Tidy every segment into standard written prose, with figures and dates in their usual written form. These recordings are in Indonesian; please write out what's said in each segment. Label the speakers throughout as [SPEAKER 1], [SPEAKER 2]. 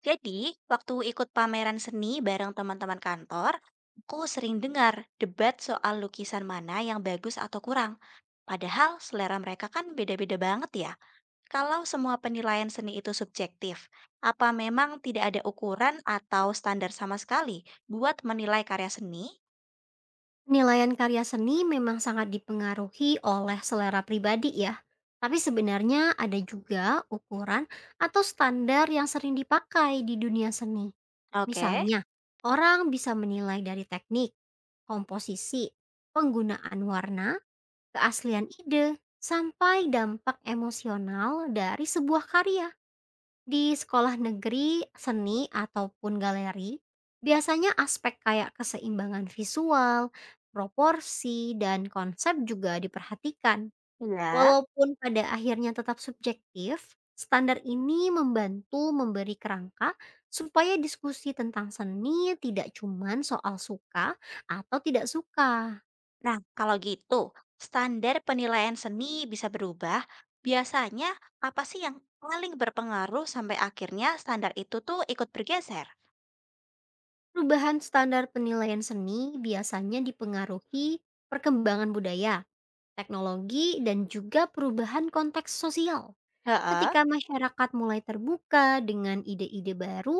[SPEAKER 1] Jadi, waktu ikut pameran seni bareng teman-teman kantor, aku sering dengar debat soal lukisan mana yang bagus atau kurang. Padahal selera mereka kan beda-beda banget ya. Kalau semua penilaian seni itu subjektif, apa memang tidak ada ukuran atau standar sama sekali buat menilai karya seni?
[SPEAKER 2] Penilaian karya seni memang sangat dipengaruhi oleh selera pribadi ya. Tapi sebenarnya ada juga ukuran atau standar yang sering dipakai di dunia seni.
[SPEAKER 1] Oke,
[SPEAKER 2] Misalnya, orang bisa menilai dari teknik, komposisi, penggunaan warna, keaslian ide, sampai dampak emosional dari sebuah karya. Di sekolah negeri, seni ataupun galeri, biasanya aspek kayak keseimbangan visual, proporsi, dan konsep juga diperhatikan.
[SPEAKER 1] ya.
[SPEAKER 2] Walaupun pada akhirnya tetap subjektif, standar ini membantu memberi kerangka supaya diskusi tentang seni tidak cuman soal suka atau tidak suka.
[SPEAKER 1] Nah, kalau gitu, standar penilaian seni bisa berubah. Biasanya, apa sih yang paling berpengaruh sampai akhirnya standar itu tuh ikut bergeser?
[SPEAKER 2] Perubahan standar penilaian seni biasanya dipengaruhi perkembangan budaya teknologi, dan juga perubahan konteks sosial.
[SPEAKER 1] Heeh.
[SPEAKER 2] Ketika masyarakat mulai terbuka dengan ide-ide baru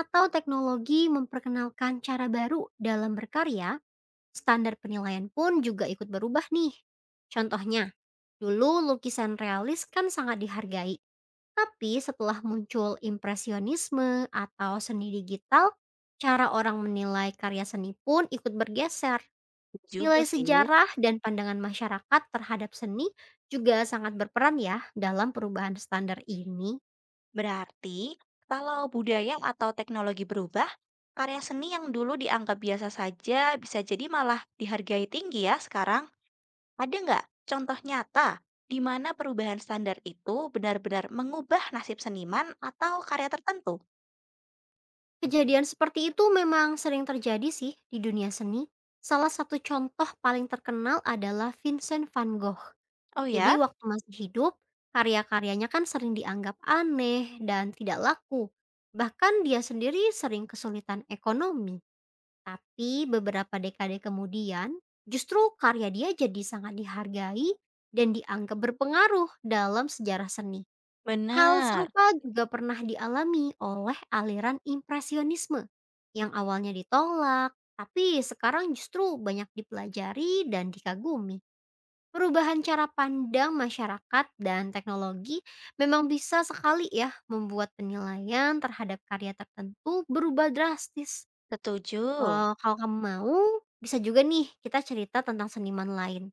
[SPEAKER 2] atau teknologi memperkenalkan cara baru dalam berkarya, standar penilaian pun juga ikut berubah nih. Contohnya, dulu lukisan realis kan sangat dihargai, tapi setelah muncul impresionisme atau seni digital, cara orang menilai karya seni pun ikut bergeser. Nilai
[SPEAKER 1] Juga sih.
[SPEAKER 2] sejarah dan pandangan masyarakat terhadap seni juga sangat berperan ya dalam perubahan standar ini.
[SPEAKER 1] Berarti, kalau budaya atau teknologi berubah, karya seni yang dulu dianggap biasa saja bisa jadi malah dihargai tinggi ya sekarang. Ada nggak contoh nyata di mana perubahan standar itu benar-benar mengubah nasib seniman atau karya tertentu?
[SPEAKER 2] Kejadian seperti itu memang sering terjadi sih di dunia seni. Salah satu contoh paling terkenal adalah Vincent van Gogh.
[SPEAKER 1] Oh
[SPEAKER 2] Jadi
[SPEAKER 1] ya?
[SPEAKER 2] waktu masih hidup, karya-karyanya kan sering dianggap aneh dan tidak laku. Bahkan dia sendiri sering kesulitan ekonomi. Tapi beberapa dekade kemudian, justru karya dia jadi sangat dihargai dan dianggap berpengaruh dalam sejarah seni. Hal
[SPEAKER 1] Benar.
[SPEAKER 2] serupa juga pernah dialami oleh aliran impresionisme yang awalnya ditolak, tapi sekarang justru banyak dipelajari dan dikagumi. Perubahan cara pandang masyarakat dan teknologi memang bisa sekali ya membuat penilaian terhadap karya tertentu berubah drastis.
[SPEAKER 1] Setuju.
[SPEAKER 2] Kalau kamu mau, bisa juga nih kita cerita tentang seniman lain.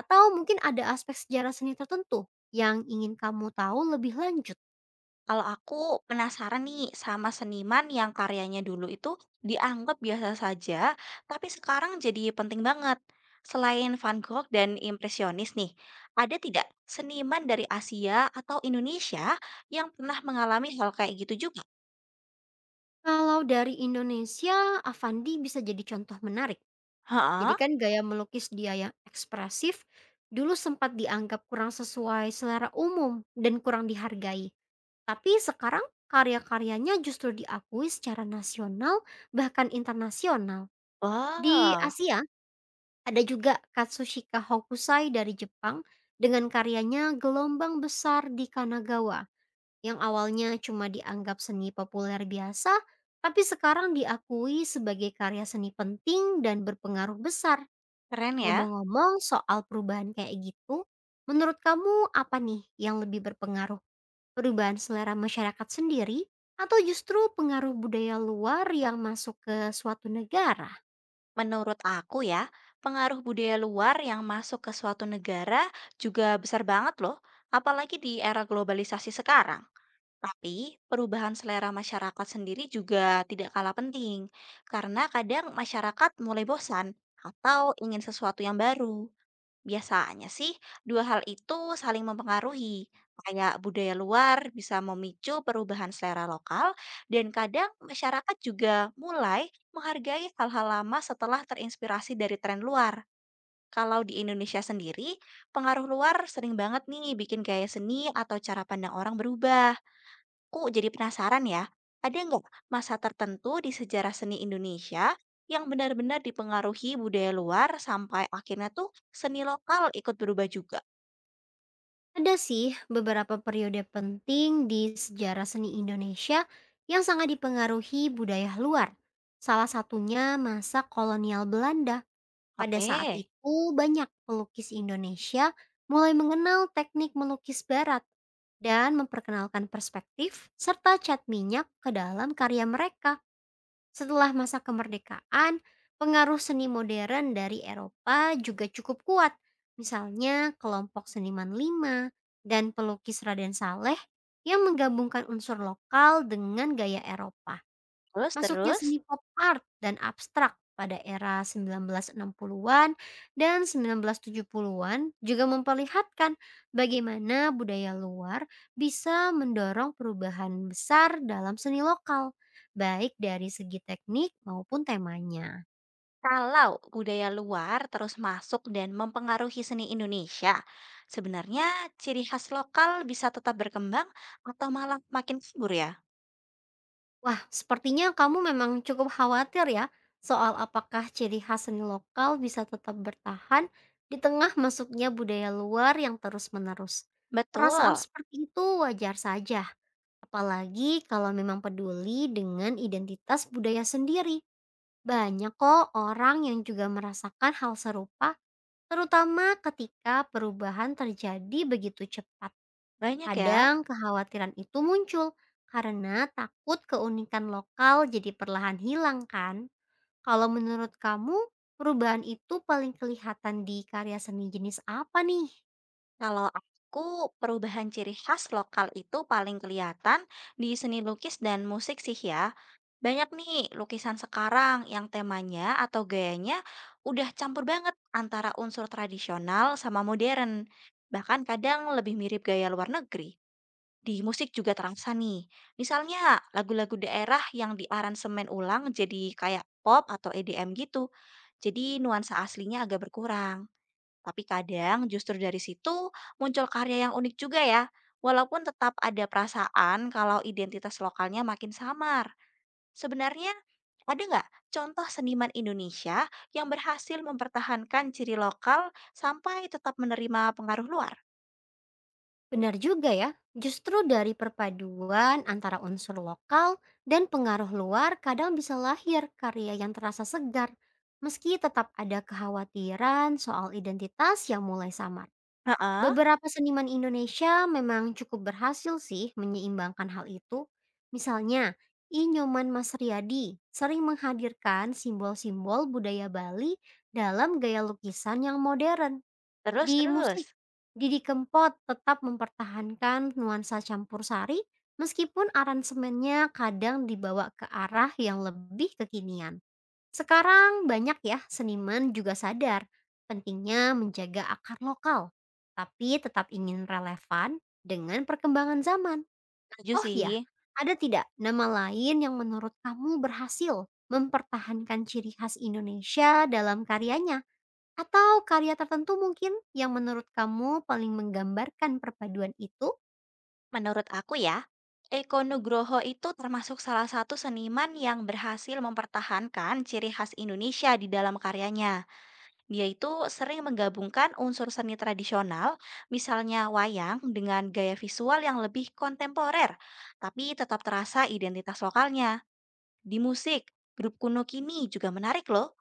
[SPEAKER 2] Atau mungkin ada aspek sejarah seni tertentu yang ingin kamu tahu lebih lanjut.
[SPEAKER 1] Kalau aku penasaran nih sama seniman yang karyanya dulu itu dianggap biasa saja, tapi sekarang jadi penting banget. Selain Van Gogh dan impresionis nih, ada tidak seniman dari Asia atau Indonesia yang pernah mengalami hal kayak gitu juga?
[SPEAKER 2] Kalau dari Indonesia, Avandi bisa jadi contoh menarik. Jadi
[SPEAKER 1] Heeh.
[SPEAKER 2] kan gaya melukis dia yang ekspresif, dulu sempat dianggap kurang sesuai selera umum dan kurang dihargai. Tapi sekarang karya-karyanya justru diakui secara nasional bahkan internasional. Di
[SPEAKER 1] Wah,
[SPEAKER 2] Asia ada juga Katsushika Hokusai dari Jepang dengan karyanya Gelombang Besar di Kanagawa yang awalnya cuma dianggap seni populer biasa tapi sekarang diakui sebagai karya seni penting dan berpengaruh besar.
[SPEAKER 1] keren ya.
[SPEAKER 2] Ngomong-ngomong soal perubahan kayak gitu, menurut kamu apa nih yang lebih berpengaruh? Perubahan selera masyarakat sendiri atau justru pengaruh budaya luar yang masuk ke suatu negara?
[SPEAKER 1] Menurut aku ya, pengaruh budaya luar yang masuk ke suatu negara juga besar banget loh, apalagi di era globalisasi sekarang. Tapi perubahan selera masyarakat sendiri juga tidak kalah penting, karena kadang masyarakat mulai bosan atau ingin sesuatu yang baru. Biasanya sih, dua hal itu saling mempengaruhi. Kayak budaya luar bisa memicu perubahan selera lokal, dan kadang masyarakat juga mulai menghargai hal-hal lama setelah terinspirasi dari tren luar. Kalau di Indonesia sendiri, pengaruh luar sering banget nih bikin gaya seni atau cara pandang orang berubah. Aku jadi penasaran ya, ada nggak masa tertentu di sejarah seni Indonesia yang benar-benar dipengaruhi budaya luar sampai akhirnya tuh seni lokal ikut berubah juga?
[SPEAKER 2] Ada sih beberapa periode penting di sejarah seni Indonesia yang sangat dipengaruhi budaya luar. Salah satunya masa kolonial Belanda. Pada
[SPEAKER 1] Oke,
[SPEAKER 2] saat itu banyak pelukis Indonesia mulai mengenal teknik melukis barat dan memperkenalkan perspektif serta cat minyak ke dalam karya mereka. Setelah masa kemerdekaan, pengaruh seni modern dari Eropa juga cukup kuat. Misalnya kelompok seniman Lima dan pelukis Raden Saleh yang menggabungkan unsur lokal dengan gaya Eropa.
[SPEAKER 1] terus
[SPEAKER 2] Masuknya
[SPEAKER 1] terus
[SPEAKER 2] seni pop art dan abstrak pada era 1960-an dan 1970-an juga memperlihatkan bagaimana budaya luar bisa mendorong perubahan besar dalam seni lokal, baik dari segi teknik maupun temanya.
[SPEAKER 1] kalau budaya luar terus masuk dan mempengaruhi seni Indonesia, sebenarnya ciri khas lokal bisa tetap berkembang atau malah makin subur ya?
[SPEAKER 2] Wah, sepertinya kamu memang cukup khawatir ya soal apakah ciri khas seni lokal bisa tetap bertahan di tengah masuknya budaya luar yang terus-menerus. Perasaan
[SPEAKER 1] Betul,
[SPEAKER 2] seperti itu wajar saja, apalagi kalau memang peduli dengan identitas budaya sendiri. Banyak kok orang yang juga merasakan hal serupa, terutama ketika perubahan terjadi begitu cepat.
[SPEAKER 1] banyak ya.
[SPEAKER 2] Kadang kekhawatiran itu muncul karena takut keunikan lokal jadi perlahan hilang kan? Kalau menurut kamu, perubahan itu paling kelihatan di karya seni jenis apa nih?
[SPEAKER 1] Kalau aku, perubahan ciri khas lokal itu paling kelihatan di seni lukis dan musik sih ya. Banyak nih lukisan sekarang yang temanya atau gayanya udah campur banget antara unsur tradisional sama modern. Bahkan kadang lebih mirip gaya luar negeri. Di musik juga terasa nih. Misalnya lagu-lagu daerah yang diaransemen ulang jadi kayak pop atau EDM gitu. Jadi nuansa aslinya agak berkurang. Tapi kadang justru dari situ muncul karya yang unik juga ya, walaupun tetap ada perasaan kalau identitas lokalnya makin samar. Sebenarnya ada nggak contoh seniman Indonesia yang berhasil mempertahankan ciri lokal sampai tetap menerima pengaruh luar?
[SPEAKER 2] Benar juga ya, justru dari perpaduan antara unsur lokal dan pengaruh luar kadang bisa lahir karya yang terasa segar, meski tetap ada kekhawatiran soal identitas yang mulai samar.
[SPEAKER 1] Heeh,
[SPEAKER 2] Beberapa seniman Indonesia memang cukup berhasil sih menyeimbangkan hal itu. Misalnya, Inyoman Mas Riyadi sering menghadirkan simbol-simbol budaya Bali dalam gaya lukisan yang modern. Di musik,
[SPEAKER 1] terus-terus.
[SPEAKER 2] Didi Kempot tetap mempertahankan nuansa campur sari meskipun aransemennya kadang dibawa ke arah yang lebih kekinian. Sekarang banyak ya seniman juga sadar pentingnya menjaga akar lokal, tapi tetap ingin relevan dengan perkembangan zaman.
[SPEAKER 1] Setuju
[SPEAKER 2] Oh ya,
[SPEAKER 1] sih.
[SPEAKER 2] ada tidak nama lain yang menurut kamu berhasil mempertahankan ciri khas Indonesia dalam karyanya? Atau karya tertentu mungkin yang menurut kamu paling menggambarkan perpaduan itu?
[SPEAKER 1] Menurut aku ya, Eko Nugroho itu termasuk salah satu seniman yang berhasil mempertahankan ciri khas Indonesia di dalam karyanya. Dia itu sering menggabungkan unsur seni tradisional, misalnya wayang, dengan gaya visual yang lebih kontemporer, tapi tetap terasa identitas lokalnya. Di musik, grup kuno kini juga menarik loh,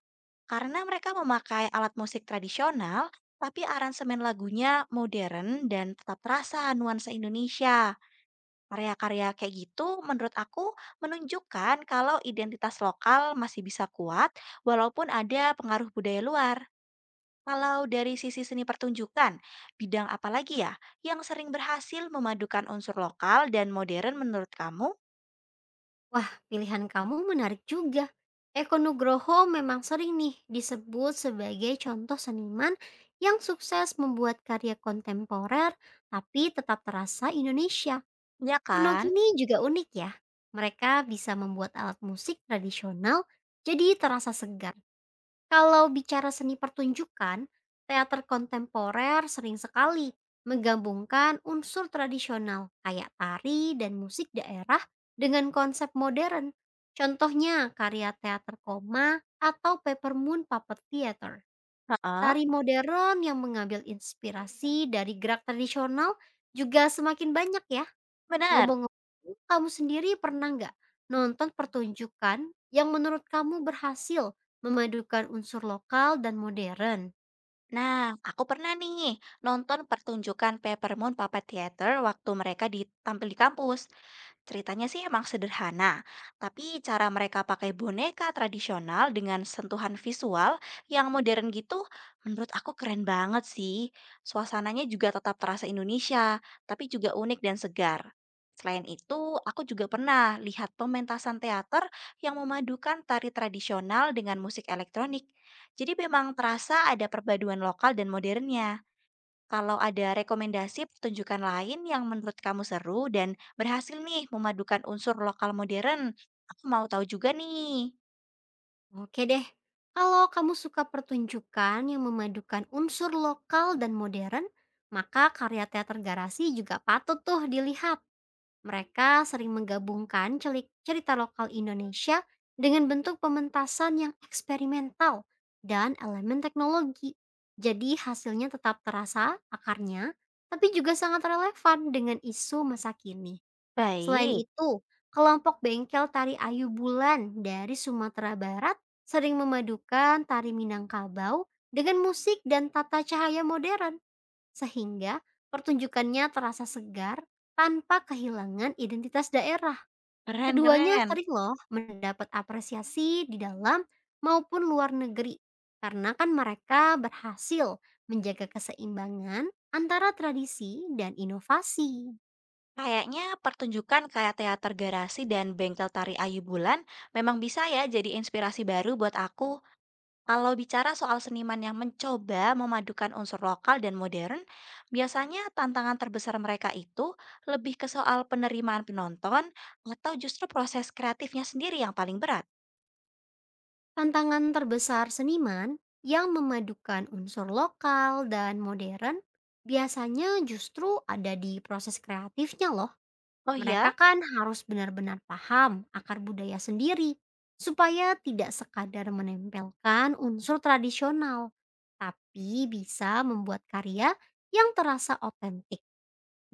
[SPEAKER 1] karena mereka memakai alat musik tradisional, tapi aransemen lagunya modern dan tetap terasa nuansa Indonesia. Karya-karya kayak gitu menurut aku menunjukkan kalau identitas lokal masih bisa kuat walaupun ada pengaruh budaya luar. Kalau dari sisi seni pertunjukan, bidang apa lagi ya yang sering berhasil memadukan unsur lokal dan modern menurut kamu?
[SPEAKER 2] Wah, pilihan kamu menarik juga. Eko Nugroho memang sering nih disebut sebagai contoh seniman yang sukses membuat karya kontemporer tapi tetap terasa Indonesia.
[SPEAKER 1] Ya
[SPEAKER 2] Kuno
[SPEAKER 1] kan?
[SPEAKER 2] kini juga unik ya. Mereka bisa membuat alat musik tradisional jadi terasa segar. Kalau bicara seni pertunjukan, teater kontemporer sering sekali menggabungkan unsur tradisional kayak tari dan musik daerah dengan konsep modern. Contohnya karya teater koma atau Peppermoon Puppet Theater.
[SPEAKER 1] Heeh.
[SPEAKER 2] Tari modern yang mengambil inspirasi dari gerak tradisional juga semakin banyak ya.
[SPEAKER 1] Benar.
[SPEAKER 2] Ngomong-ngomong, kamu sendiri pernah nggak nonton pertunjukan yang menurut kamu berhasil memadukan unsur lokal dan modern?
[SPEAKER 1] Nah, aku pernah nih nonton pertunjukan Peppermint Puppet Theater waktu mereka ditampil di kampus. Ceritanya sih emang sederhana, tapi cara mereka pakai boneka tradisional dengan sentuhan visual yang modern gitu, menurut aku keren banget sih. Suasananya juga tetap terasa Indonesia, tapi juga unik dan segar. Selain itu, aku juga pernah lihat pementasan teater yang memadukan tari tradisional dengan musik elektronik. Jadi memang terasa ada perpaduan lokal dan modernnya. Kalau ada rekomendasi pertunjukan lain yang menurut kamu seru dan berhasil nih memadukan unsur lokal modern, aku mau tahu juga nih.
[SPEAKER 2] Oke deh, kalau kamu suka pertunjukan yang memadukan unsur lokal dan modern, maka karya teater Garasi juga patut tuh dilihat. Mereka sering menggabungkan cerita lokal Indonesia dengan bentuk pementasan yang eksperimental dan elemen teknologi. Jadi hasilnya tetap terasa akarnya, tapi juga sangat relevan dengan isu masa kini. Selain
[SPEAKER 1] Baik,
[SPEAKER 2] itu, kelompok bengkel tari Ayu Bulan dari Sumatera Barat sering memadukan tari Minangkabau dengan musik dan tata cahaya modern. Sehingga pertunjukannya terasa segar tanpa kehilangan identitas daerah. Keduanya
[SPEAKER 1] keren-keren.
[SPEAKER 2] sering loh mendapat apresiasi di dalam maupun luar negeri karena kan mereka berhasil menjaga keseimbangan antara tradisi dan inovasi.
[SPEAKER 1] Kayaknya pertunjukan kayak teater garasi dan bengkel tari Ayu Bulan memang bisa ya jadi inspirasi baru buat aku. Kalau bicara soal seniman yang mencoba memadukan unsur lokal dan modern, biasanya tantangan terbesar mereka itu lebih ke soal penerimaan penonton atau justru proses kreatifnya sendiri yang paling berat.
[SPEAKER 2] Tantangan terbesar seniman yang memadukan unsur lokal dan modern biasanya justru ada di proses kreatifnya loh.
[SPEAKER 1] Oh ya,
[SPEAKER 2] Mereka kan harus benar-benar paham akar budaya sendiri supaya tidak sekadar menempelkan unsur tradisional, tapi bisa membuat karya yang terasa otentik.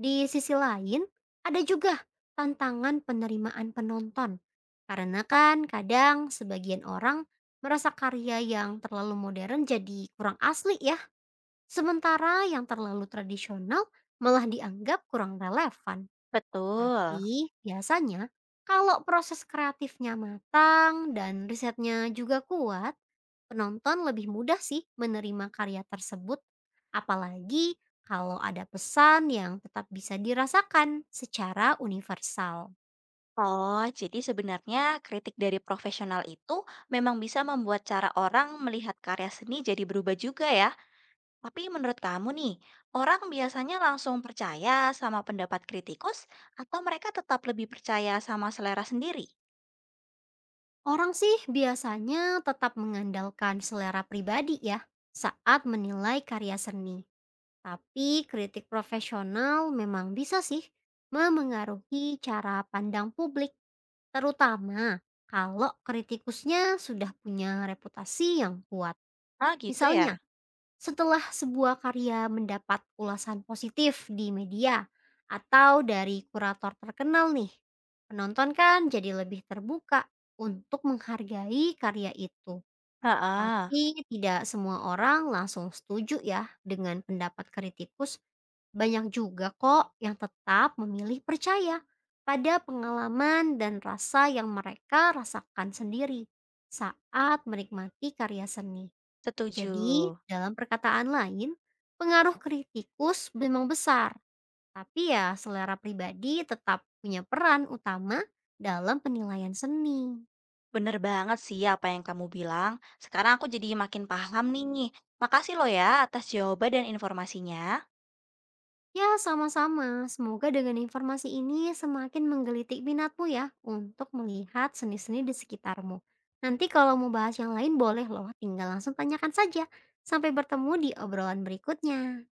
[SPEAKER 2] Di sisi lain, ada juga tantangan penerimaan penonton. Karena kan kadang sebagian orang merasa karya yang terlalu modern jadi kurang asli ya, sementara yang terlalu tradisional malah dianggap kurang relevan.
[SPEAKER 1] betul.
[SPEAKER 2] Tapi biasanya kalau proses kreatifnya matang dan risetnya juga kuat, penonton lebih mudah sih menerima karya tersebut. Apalagi kalau ada pesan yang tetap bisa dirasakan secara universal.
[SPEAKER 1] Oh, jadi sebenarnya kritik dari profesional itu memang bisa membuat cara orang melihat karya seni jadi berubah juga ya. Tapi menurut kamu nih, orang biasanya langsung percaya sama pendapat kritikus atau mereka tetap lebih percaya sama selera sendiri?
[SPEAKER 2] Orang sih biasanya tetap mengandalkan selera pribadi ya saat menilai karya seni. Tapi kritik profesional memang bisa sih memengaruhi cara pandang publik, terutama kalau kritikusnya sudah punya reputasi yang kuat.
[SPEAKER 1] Ah, gitu ya?
[SPEAKER 2] Misalnya, setelah sebuah karya mendapat ulasan positif di media atau dari kurator terkenal nih, penonton kan jadi lebih terbuka untuk menghargai karya itu.
[SPEAKER 1] Heeh,
[SPEAKER 2] Tapi tidak semua orang langsung setuju ya dengan pendapat kritikus. Banyak juga kok yang tetap memilih percaya pada pengalaman dan rasa yang mereka rasakan sendiri saat menikmati karya seni.
[SPEAKER 1] setuju.
[SPEAKER 2] Jadi, dalam perkataan lain, pengaruh kritikus memang besar, tapi ya selera pribadi tetap punya peran utama dalam penilaian seni.
[SPEAKER 1] Bener banget sih apa yang kamu bilang. Sekarang aku jadi makin paham nih. Makasih lo ya atas jawaban dan informasinya.
[SPEAKER 2] Ya, sama-sama. Semoga dengan informasi ini semakin menggelitik minatmu ya untuk melihat seni-seni di sekitarmu. Nanti kalau mau bahas yang lain boleh loh, tinggal langsung tanyakan saja. Sampai bertemu di obrolan berikutnya.